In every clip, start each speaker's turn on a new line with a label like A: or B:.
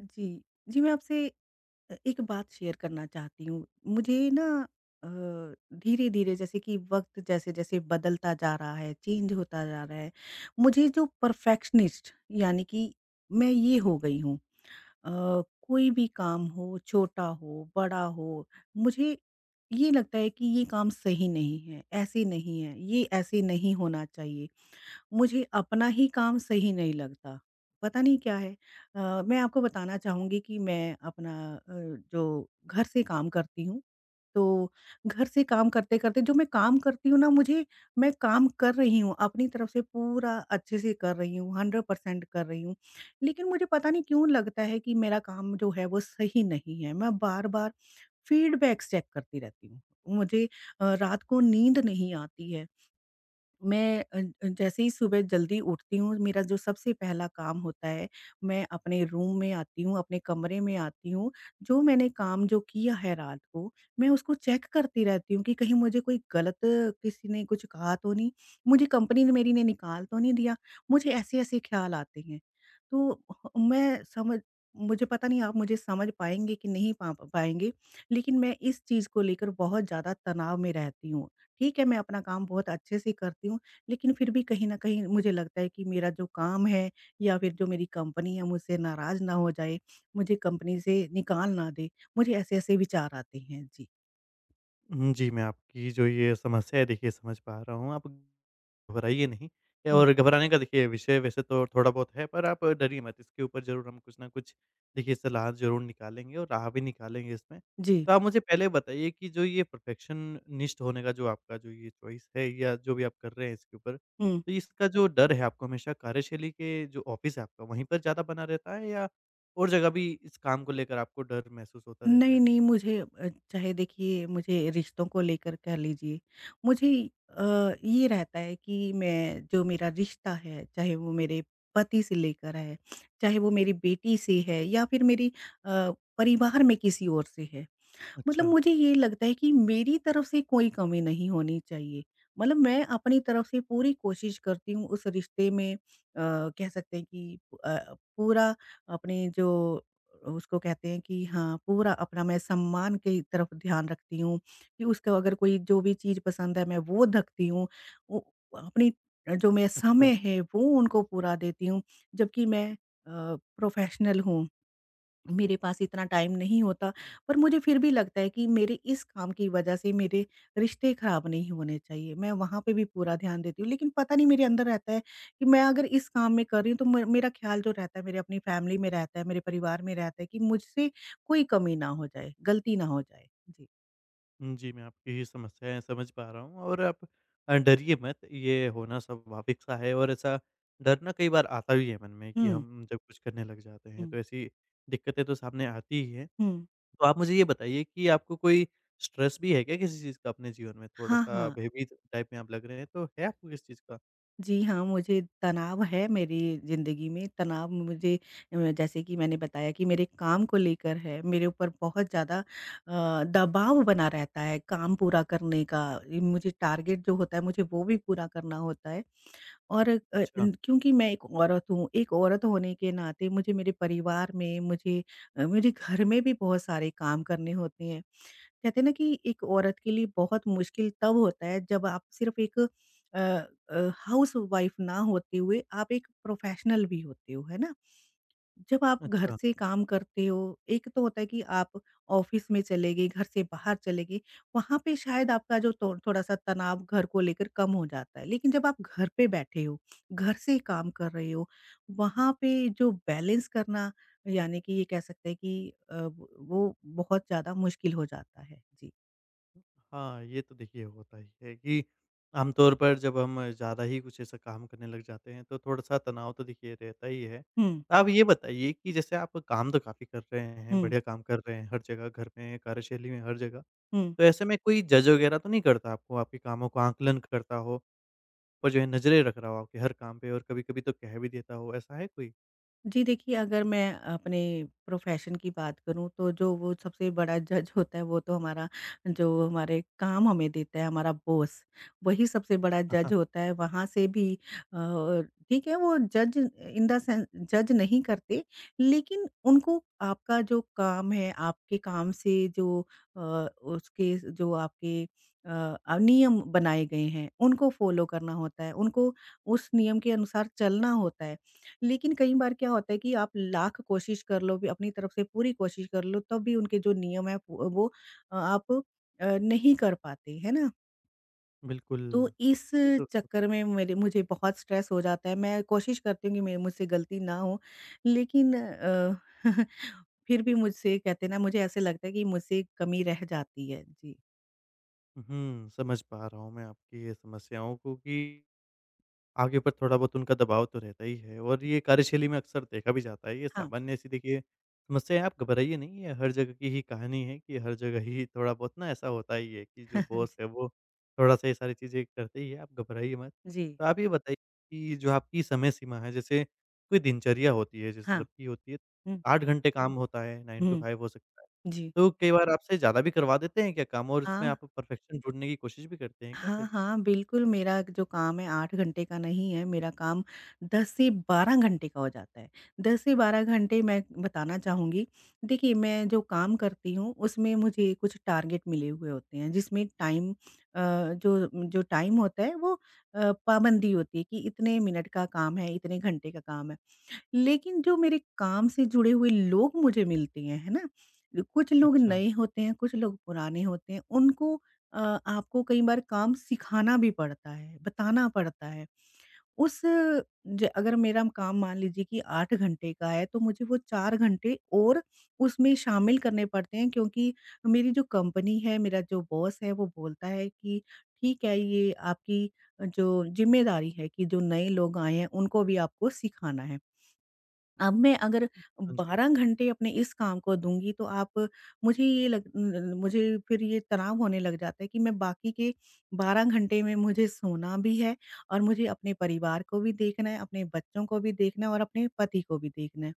A: जी। जी, मैं आपसे एक बात शेयर करना चाहती हूँ। मुझे ना अ, धीरे-धीरे जैसे कि वक़्त जैसे-जैसे बदलता जा रहा है, चेंज होता जा रहा है, मुझे जो परफेक्शनिस्ट यानी कि मैं ये हो गई हूँ। अ, कोई भी काम हो, छोटा हो, बड़ा हो, मुझे ये लगता है कि ये काम सही नहीं है, ऐसे नहीं है, ये ऐसे नहीं होना चाहिए। मुझे अपना ही काम सही नहीं लगता, पता नहीं क्या है? अ, मैं आपको बताना चाहूँगी कि मैं अपना जो घर से काम करती हूँ, तो घर से काम करते-करते जो मैं काम करती हूँ ना मुझे मैं काम कर रही हूँ, अपनी तरफ से पूरा अच्छे से कर रही हूँ, 100% कर रही हूँ। लेकिन मुझे पता नहीं क्यों लगता है कि मेरा काम जो है वो सही नहीं है, मैं बार-बार फीडबैक्स चेक करती रहती हूँ। मुझे रात को नींद नहीं आती है। मैं जैसे ही सुबह जल्दी उठती हूँ, मेरा जो सबसे पहला काम होता है, मैं अपने रूम में आती हूँ, अपने कमरे में आती हूँ। जो मैंने काम जो किया है रात को, मैं उसको चेक करती रहती हूँ कि कहीं मुझे कोई गलत किसी ने कुछ कहा तो नहीं, मुझे कंपनी ने मेरी ने निकाल तो नहीं दिया। मुझे ऐसे-ऐसे ख़्याल आते हैं। तो ह मैं समझ मुझे पता नहीं आप मुझे समझ पाएँगे कि नहीं पा पाएँगे, लेकिन मैं इस चीज़ को लेकर बहुत ज़्यादा तनाव में रहती हूँ। ठीक है, मैं अपना काम बहुत अच्छे से करती हूँ, लेकिन फिर भी कहीं न कहीं मुझे लगता है कि मेरा जो काम है या फिर जो मेरी कंपनी है मुझसे नाराज़ ना हो जाए, मुझे कंपनी से निकाल ना दे, मुझे ऐसे-ऐसे विचार आते हैं। जी।
B: हुँ, जी, मैं आपकी जो ये समस्या है देखिए समझ पा रहा हूँ, आप घबराइए नहीं।
A: हुँ।
B: और घबराने का देखिए विषय वैसे तो थोड़ा बहुत है, पर आप डरिए मत, इसके ऊपर ज़रूर हम कुछ ना कुछ देखिए सलाह ज़रूर निकालेंगे और राह भी निकालेंगे इसमें।
A: जी।
B: तो आप मुझे पहले बताइए कि जो ये परफेक्शनिस्ट होने का जो आपका जो ये चॉइस है या जो भी आप कर रहे हैं इसके ऊपर,
A: हुँ।
B: तो इसका जो डर है आपको हमेशा कार्यशैली के जो ऑफ़िस है आपका वहीं पर ज़्यादा बना रहता है, या और जगह भी इस काम को लेकर आपको डर महसूस होता रहता
A: नहीं,
B: है?
A: नहीं मुझे चाहे देखिए मुझे रिश्तों को लेकर कह लीजिए, मुझे ये रहता है कि मैं जो मेरा रिश्ता है, चाहे वो मेरे पति से लेकर है, चाहे वो मेरी बेटी से है या फिर मेरी अ, परिवार में किसी और से है। मतलब
B: अच्छा,
A: मुझे ये लगता है कि मेरी तरफ से कोई कमी नहीं होनी चाहिए। मतलब मैं अपनी तरफ से पूरी कोशिश करती हूँ उस रिश्ते में कह सकते हैं कि अ, पूरा अपने जो उसको कहते हैं कि हाँ, पूरा अपना मैं सम्मान की तरफ ध्यान रखती हूँ, कि उसको अगर कोई जो भी चीज़ पसंद है मैं वो धकती हूँ। उ अपनी जो मेरा समय
B: अच्छा।
A: है वो उनको पूरा देती हूँ, जबकि मैं प्रोफ़ेशनल हूँ। मेरे पास इतना टाइम नहीं होता, पर मुझे फिर भी लगता है कि मेरे इस काम की वजह से मेरे रिश्ते खराब नहीं होने चाहिए। मैं वहाँ पे भी पूरा ध्यान देती हूँ, लेकिन पता नहीं मेरे अंदर रहता है कि मैं अगर इस काम में कर रही हूँ, तो म मेरा ख़्याल जो रहता है मेरे अपनी फ़ैमिली में रहता है, मेरे परिवार में रहता है कि मुझसे कोई कमी ना हो जाए, गलती ना हो जाए। जी।
B: हुँ, जी, मैं आपकी समस्याएँ समझ पा रहा हूँ। और आप डरिए मत, ये होना स्वाभाविक सा है, और ऐसा डरना कई बार आता भी है मन में कि
A: हुँ,
B: हम जब कुछ करने लग जाते हैं,
A: हुँ,
B: तो ऐसी दिक्कतें तो सामने आती ही हैं।
A: हुँ।
B: तो आप मुझे ये बताइए कि आपको कोई स्ट्रेस भी है क्या किसी चीज़ का अपने जीवन में?
A: हाँ,
B: थोड़ा-सा
A: हाँ।
B: भयभीत टाइप में आप लग रहे हैं, तो है आपको किस चीज़ का?
A: जी हाँ, मुझे तनाव है मेरी ज़िंदगी में, तनाव मुझे जैसे कि मैंने बताया कि मेरे काम को लेकर है, मेरे ऊपर बहुत ज़्यादा दबाव बना रहता है काम पूरा करने का। ये मुझे टारगेट जो होता है, मुझे वो भी पूरा करना होता है और अ,
B: अच्छा,
A: इन क्योंकि मैं एक औरत हूँ, एक औरत होने के नाते मुझे मेरे परिवार में, मेरे घर में भी बहुत सारे काम करने होते हैं। कहते हैं ना कि एक औरत के लिए बहुत मुश्किल तब होता है जब आप सिर्फ एक अ हाउसवाइफ ना होते हुए आप एक प्रोफेशनल भी होते हो, है ना? जब आप घर
B: अच्छा।
A: से काम करते हो, एक तो होता है कि आप ऑफिस में चले गए, घर से बाहर चले गए, वहाँ पे शायद आपका जो थो थोड़ा-सा तनाव घर को लेकर कम हो जाता है। लेकिन जब आप घर पे बैठे हो, घर से काम कर रहे हो, वहाँ पे जो बैलेंस करना यानी कि ये कह सकते हैं कि अ, वो बहुत ज़्यादा मुश्किल हो जाता है। जी।
B: हाँ, ये तो देखिए होता ही है कि आमतौर पर जब हम ज़्यादा ही कुछ ऐसा काम करने लग जाते हैं, तो थोड़ा-सा तनाव तो देखिए रहता ही है।
A: हुँ,
B: तो आप ये बताइए कि जैसे आप काम तो काफ़ी कर रहे हैं,
A: हुँ,
B: बढ़िया काम कर रहे हैं हर जगह, घर में, कार्यशैली में, हर जगह।
A: हुँ।
B: तो ऐसे में कोई जज वगैरह तो नहीं करता आपको, आपके कामों को आकलन करता हो और जो है नज़रें रख रहा हो आपके हर काम पे, और कभी-कभी तो कह भी देता हो, ऐसा है कोई?
A: जी देखिए, अगर मैं अपने प्रोफ़ेशन की बात करूँ तो जो वो सबसे बड़ा जज होता है वो तो हमारा जो हमारे काम हमें देता है हमारा बॉस, वही सबसे बड़ा जज
B: हाँ
A: होता है। वहाँ से भी अ, ठीक है वो जज इन द सेंस जज नहीं करते लेकिन उनको आपका जो काम है, आपके काम से जो अ, उसके जो आपके अ अ, नियम बनाए गए हैं, उनको फ़ॉलो करना होता है, उनको उस नियम के अनुसार चलना होता है। लेकिन कई बार क्या होता है कि आप लाख कोशिश कर लो, भी अपनी तरफ से पूरी कोशिश कर लो, तब भी उनके जो नियम हैं वो अ, आप अ, नहीं कर पाते, है ना?
B: बिल्कुल,
A: तो इस
B: ये तो
A: चक्कर में मेरे मुझे बहुत स्ट्रेस हो जाता है, मैं कोशिश करती हूँ कि मेरे मुझसे गलती ना हो, लेकिन फिर भी मुझसे कहते हैं ना, मुझे ऐसे लगता है कि मुझसे कमी रह जाती है। जी,
B: हुँ, समझ पा रहा हूँ मैं आपकी ये समस्याओं को कि आगे पर थोड़ा-बहुत उनका दबाव तो रहता ही है, और ये कार्यशैली में अक्सर देखा भी जाता है। ये
A: हाँ।
B: सामान्य सी देखिए समस्या है, आप घबराइए नहीं। ये हर जगह की ही कहानी है कि हर जगह ही थोड़ा-बहुत ना ऐसा होता ही है कि जो बॉस है, वो थोड़ा-सा ये सारी चीज़ें करते ही है, आप घबराइए मत।
A: जी, जी,
B: तो आप ये बताइए कि जो आपकी समय सीमा है, जैसे कोई दिनचर्या होती है, जैसे
A: हाँ।
B: सबकी होती है,
A: हुँ,
B: 8 घंटे काम होता है, 9 टू
A: हुँ,
B: 5 हो सकता है।
A: जी,
B: तो कई बार आपसे ज़्यादा भी करवा देते हैं क्या काम, और
A: हाँ।
B: इसमें आप परफेक्शन ढूँढने की कोशिश भी करते हैं क्या
A: हाँ,
B: फिर?
A: हाँ, बिल्कुल मेरा जो काम है 8 घंटे का नहीं है, मेरा काम 10 से 12 घंटे का हो जाता है। 10 से 12 घंटे मैं बताना चाहूँगी, देखिए मैं जो काम करती हूँ उसमें मुझे कुछ टारगेट मिले हुए होते हैं जिसमें अ, टाइम होता है वो पाबंदी होती है कि इतने मिनट का काम है, इतने घंटे का काम है। लेकिन जो मेरे काम से जुड़े हुए लोग मुझे मिलते हैं, है ना? कुछ लोग
B: अच्छा।
A: नए होते हैं, कुछ लोग पुराने होते हैं, अ, आपको कई बार काम सिखाना भी पड़ता है, बताना पड़ता है। उस ज अगर मेरा काम मान लीजिए कि 8 घंटे का है, तो मुझे वो 4 घंटे और उसमें शामिल करने पड़ते हैं क्योंकि मेरी जो कंपनी है, मेरा जो बॉस है, वो बोलता है कि ठीक है, ये आपकी जो ज़िम्मेदारी है कि जो नए लोग आए हैं, उनको भी आपको सिखाना है। अब मैं अगर
B: हाँ जी।
A: 12 घंटे अपने इस काम को दूँगी तो आप मुझे ये लग न मुझे फिर ये तनाव होने लग जाता है कि मैं बाकी के 12 घंटे में मुझे सोना भी है और मुझे अपने परिवार को भी देखना है, अपने बच्चों को भी देखना है और अपने पति को भी देखना है।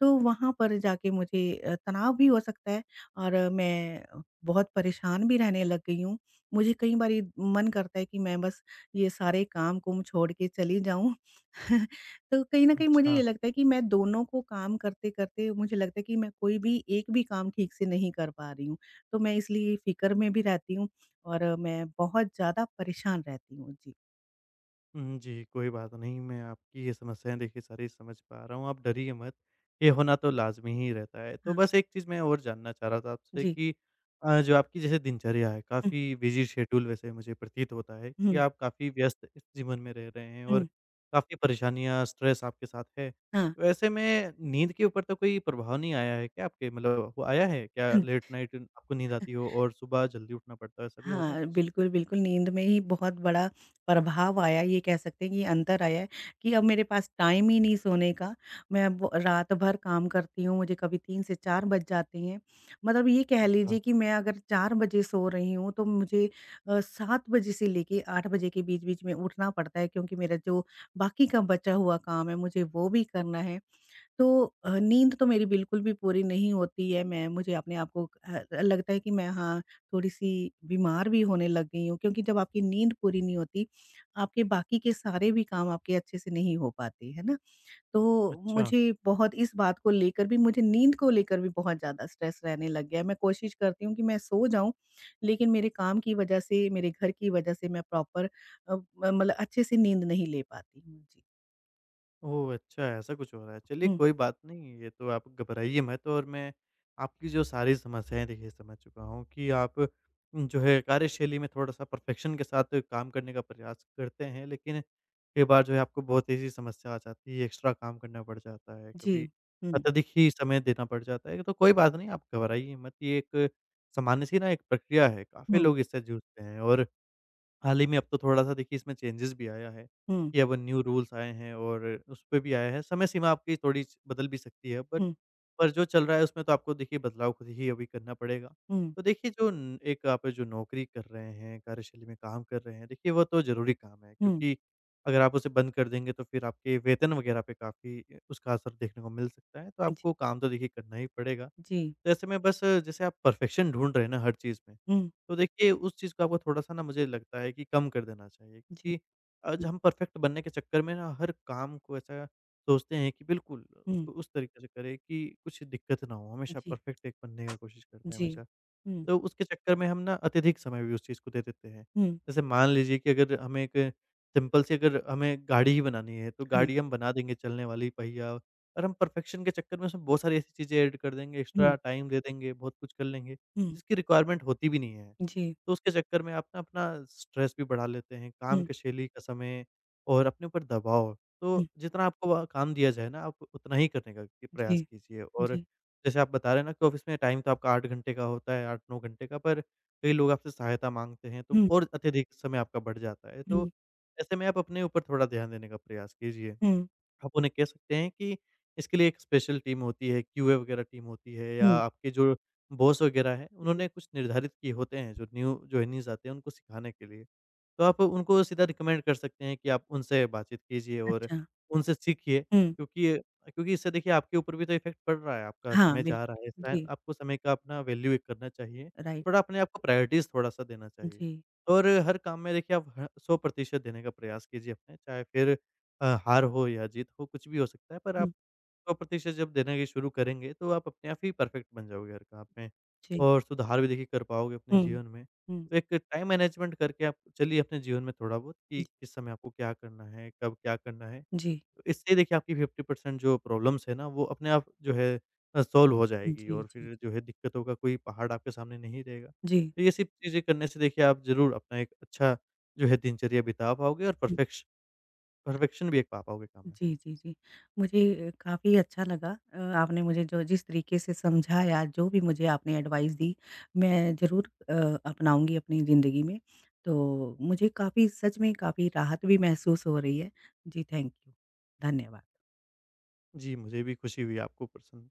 A: तो वहाँ पर जाके मुझे तनाव भी हो सकता है और मैं बहुत परेशान भी रहने लग गई हूँ। मुझे कई बारी मन करता है कि मैं बस ये सारे काम-कुम छोड़ के चली जाऊँ तो कहीं न कहीं मुझे ये
B: अच्छा।
A: लगता है कि मैं दोनों को काम करते-करते मुझे लगता है कि मैं कोई भी एक भी काम ठीक से नहीं कर पा रही हूँ। तो मैं इसलिए फ़िक्र में भी रहती हूँ और मैं बहुत ज़्यादा परेशान रहती हूँ। जी,
B: हुँ, जी, कोई बात नहीं। मैं आपकी ये समस्याएँ देखिए सारी समझ पा रहा हूँ, आप डरिए मत, ये होना तो लाज़मी ही रहता है। तो
A: हाँ।
B: बस एक चीज़ मैं और जानना चाह रहा था आपसे
A: जी।
B: कि जो आपकी जैसे दिनचर्या है,
A: हुँ,
B: काफ़ी बिज़ी शेड्यूल वैसे मुझे प्रतीत होता है कि
A: हुँ,
B: आप काफ़ी व्यस्त इस जीवन में रह रहे हैं, और
A: हुँ।
B: काफ़ी परेशानियाँ, स्ट्रेस आपके साथ है।
A: हाँ।
B: तो ऐसे में नींद के ऊपर तो कोई प्रभाव नहीं आया है क्या आपके? मतलब वो आया है क्या, लेट नाइट आपको नींद आती हो और सुबह जल्दी उठना पड़ता है, ऐसा भी हो रहा है
A: हाँ,
B: कुछ?
A: बिल्कुल, बिल्कुल, नींद में ही बहुत बड़ा प्रभाव आया, ये कह सकते हैं कि अंतर आया है कि अब मेरे पास टाइम ही नहीं सोने का। मैं ब रात भर काम करती हूँ, मुझे कभी 3 से 4 बज जाते हैं। मतलब ये कह
B: अच्छा,
A: लीजिए कि मैं अगर 4 बजे सो रही हूँ, तो मुझे 7 बजे से लेके 8 बजे के बीच-बीच में उठना पड़ता है क्योंकि मेरा जो बाकी का बचा हुआ काम है, मुझे वो भी करना है। तो नींद तो मेरी बिल्कुल भी पूरी नहीं होती है, मैं मुझे अपने आप को लगता है कि मैं हाँ, थोड़ी-सी बीमार भी होने लग गई हूँ क्योंकि जब आपकी नींद पूरी नहीं होती, आपके बाकी के सारे भी काम आपके अच्छे से नहीं हो पाते, है ना? तो
B: अच्छा।
A: मुझे बहुत इस बात को लेकर भी मुझे नींद को लेकर भी बहुत ज़्यादा स्ट्रेस रहने लग गया है। मैं कोशिश करती हूँ कि मैं सो जाऊँ, लेकिन मेरे काम की वजह से, मेरे घर की वजह से मैं प्रॉपर अ, मतलब अच्छे से नींद नहीं ले पाती हूँ। जी।
B: ओह! अच्छा ऐसा कुछ हो रहा है। चलिए
A: हुँ।
B: कोई बात नहीं, ये तो आप घबराइए मत, और मैं आपकी जो सारी समस्याएँ देखिए समझ चुका हूँ कि आप जो है कार्यशैली में थोड़ा-सा परफ़ेक्शन के साथ काम करने का प्रयास करते हैं, लेकिन कई बार जो है आपको बहुत ऐसी समस्या आ जाती है, एक्स्ट्रा काम करना पड़ जाता है,
A: जी।
B: कभी
A: हुँ।
B: अत्यधिक ही समय देना पड़ जाता है। तो कोई बात नहीं, आप घबराइए मत, ये एक सामान्य सी ना एक प्रक्रिया है, काफ़ी
A: हुँ।
B: लोग इससे जूझते हैं। और हाल ही में अब तो थोड़ा-सा देखिए इसमें चेंजेस भी आया है,
A: हुँ।
B: कि अब न्यू रूल्स आए हैं और उस पे भी आया है, समय सीमा आपकी थोड़ी स बदल भी सकती है, बट
A: हुँ।
B: पर जो चल रहा है उसमें तो आपको देखिए बदलाव खुद ही अभी करना पड़ेगा।
A: हुँ,
B: तो देखिए जो न एक आप जो नौकरी कर रहे हैं, कार्यशैली में काम कर रहे हैं, देखिए वो तो ज़रूरी काम है,
A: हुँ,
B: क्योंकि अगर आप उसे बंद कर देंगे तो फिर आपके वेतन वगैरह पे काफ़ी उसका असर देखने को मिल सकता है, तो
A: जी,
B: आपको काम तो देखिए करना ही पड़ेगा।
A: जी,
B: तो ऐसे में बस जैसे आप परफेक्शन ढूँढ रहे हैं ना हर चीज़ में,
A: हुँ,
B: तो देखिए उस चीज़ को आपको थोड़ा-सा ना मुझे लगता है कि कम कर देना चाहिए,
A: जी,
B: क्योंकि आज
A: हुँ,
B: हम परफेक्ट बनने के चक्कर में ना हर काम को ऐसा सोचते हैं कि बिल्कुल
A: हुँ,
B: उसको उस तरीके से करें कि कुछ दिक्कत ना हो, हमेशा
A: जी,
B: परफेक्ट एक बनने का कोशिश करते हैं
A: जी,
B: हमेशा।
A: हुँ,
B: तो उसके चक्कर में हम ना अत्यधिक समय भी उस चीज़ को दे देते हैं।
A: हुँ,
B: जैसे मान लीजिए कि अगर हमें एक सिंपल सी अगर हमें गाड़ी ही बनानी है, तो
A: हाँ,
B: गाड़ी हम बना देंगे चलने वाली, पहिया, और हम परफेक्शन के चक्कर में उसमें बहुत सारी ऐसी चीज़ें ऐड कर देंगे,
A: हुँ,
B: एक्स्ट्रा टाइम दे देंगे, बहुत कुछ कर लेंगे,
A: हुँ,
B: जिसकी रिक्वायरमेंट होती भी नहीं है।
A: जी,
B: तो उसके चक्कर में आप ना अपना स्ट्रेस भी बढ़ा लेते हैं, काम
A: हुँ,
B: की शैली का समय और अपने ऊपर दबाव।
A: हुँ,
B: तो जितना आपको काम दिया जाए ना, आप उतना ही करने का प्रयास
A: जी,
B: कीजिए। और
A: जी,
B: जैसे आप बता रहे हैं ना कि ऑफ़िस में टाइम तो आपका 8 घंटे का होता है, 8-9 घंटे का, पर कई लोग आपसे सहायता माँगते हैं, तो
A: हुँ,
B: और अत्यधिक समय आपका बढ़ जाता है। तो
A: हुँ,
B: ऐसे में आप अपने ऊपर थोड़ा ध्यान देने का प्रयास कीजिए।
A: हुँ,
B: आप उन्हें कह सकते हैं कि इसके लिए एक स्पेशल टीम होती है, क्यूए वगैरह टीम होती है, या
A: हुँ,
B: आपके जो बॉस वगैरह हैं,
A: जी,
B: उन्होंने कुछ निर्धारित किए होते हैं, जो न्यू जॉइनीज़ आते हैं, उनको सिखाने के लिए। तो आप उनको सीधा रिकमेंड कर सकते हैं कि आप उनसे बातचीत कीजिए और
A: अच्छा,
B: उनसे सीखिए,
A: हुँ,
B: क्योंकि क्योंकि इससे देखिए आपके ऊपर भी तो इफ़ेक्ट पड़ रहा है, आपका
A: हाँ,
B: समय जा
A: बिल्कुल,
B: रहा है, इस टाइम
A: जी,
B: आपको समय का अपना वैल्यू एक करना चाहिए,
A: राइट,
B: थोड़ा अपने आप को प्रायोरिटीज़ थोड़ा-सा देना चाहिए।
A: जी,
B: और हर काम में देखिए आप ह 100% देने का प्रयास कीजिए अपने, चाहे फिर हार हो या जीत हो, कुछ भी हो सकता है, पर आप
A: हुँ,
B: 100% जब देना ये शुरू करेंगे, तो आप अपने आप ही परफेक्ट बन जाओगे हर काम में,
A: जी,
B: और सुधार भी देखिए कर पाओगे अपने
A: हुँ,
B: जीवन में।
A: हुँ,
B: तो एक टाइम मैनेजमेंट करके आप चलिए अपने जीवन में थोड़ा-बहुत कि
A: जी,
B: किस समय आपको क्या करना है, कब क्या करना है।
A: जी,
B: तो इससे देखिए आपकी 50% जो प्रॉब्लम्स है ना, वो अपने आप जो है सॉल्व हो
A: जी,
B: जाएगी,
A: जी,
B: और
A: जी,
B: फिर जो है दिक्कतों का कोई पहाड़ आपके सामने नहीं रहेगा।
A: जी,
B: तो ये सब चीज़ें करने से देखिए आप ज़रूर अपना एक अच्छा जो है दिनचर्या बिता पाओगे, और
A: हुँ।
B: परफेक्शन भी एक पा पाओगे काम में।
A: जी, जी, जी। मुझे काफ़ी अच्छा लगा आपने मुझे जो जिस तरीके से समझाया, जो भी मुझे आपने एडवाइस दी, मैं ज़रूर अपनाऊँगी अपनी ज़िंदगी में। तो मुझे काफ़ी सच में काफ़ी राहत भी महसूस हो रही है। जी, थैंक यू। धन्यवाद।
B: जी, मुझे भी खुशी हुई आपको प्रसन्न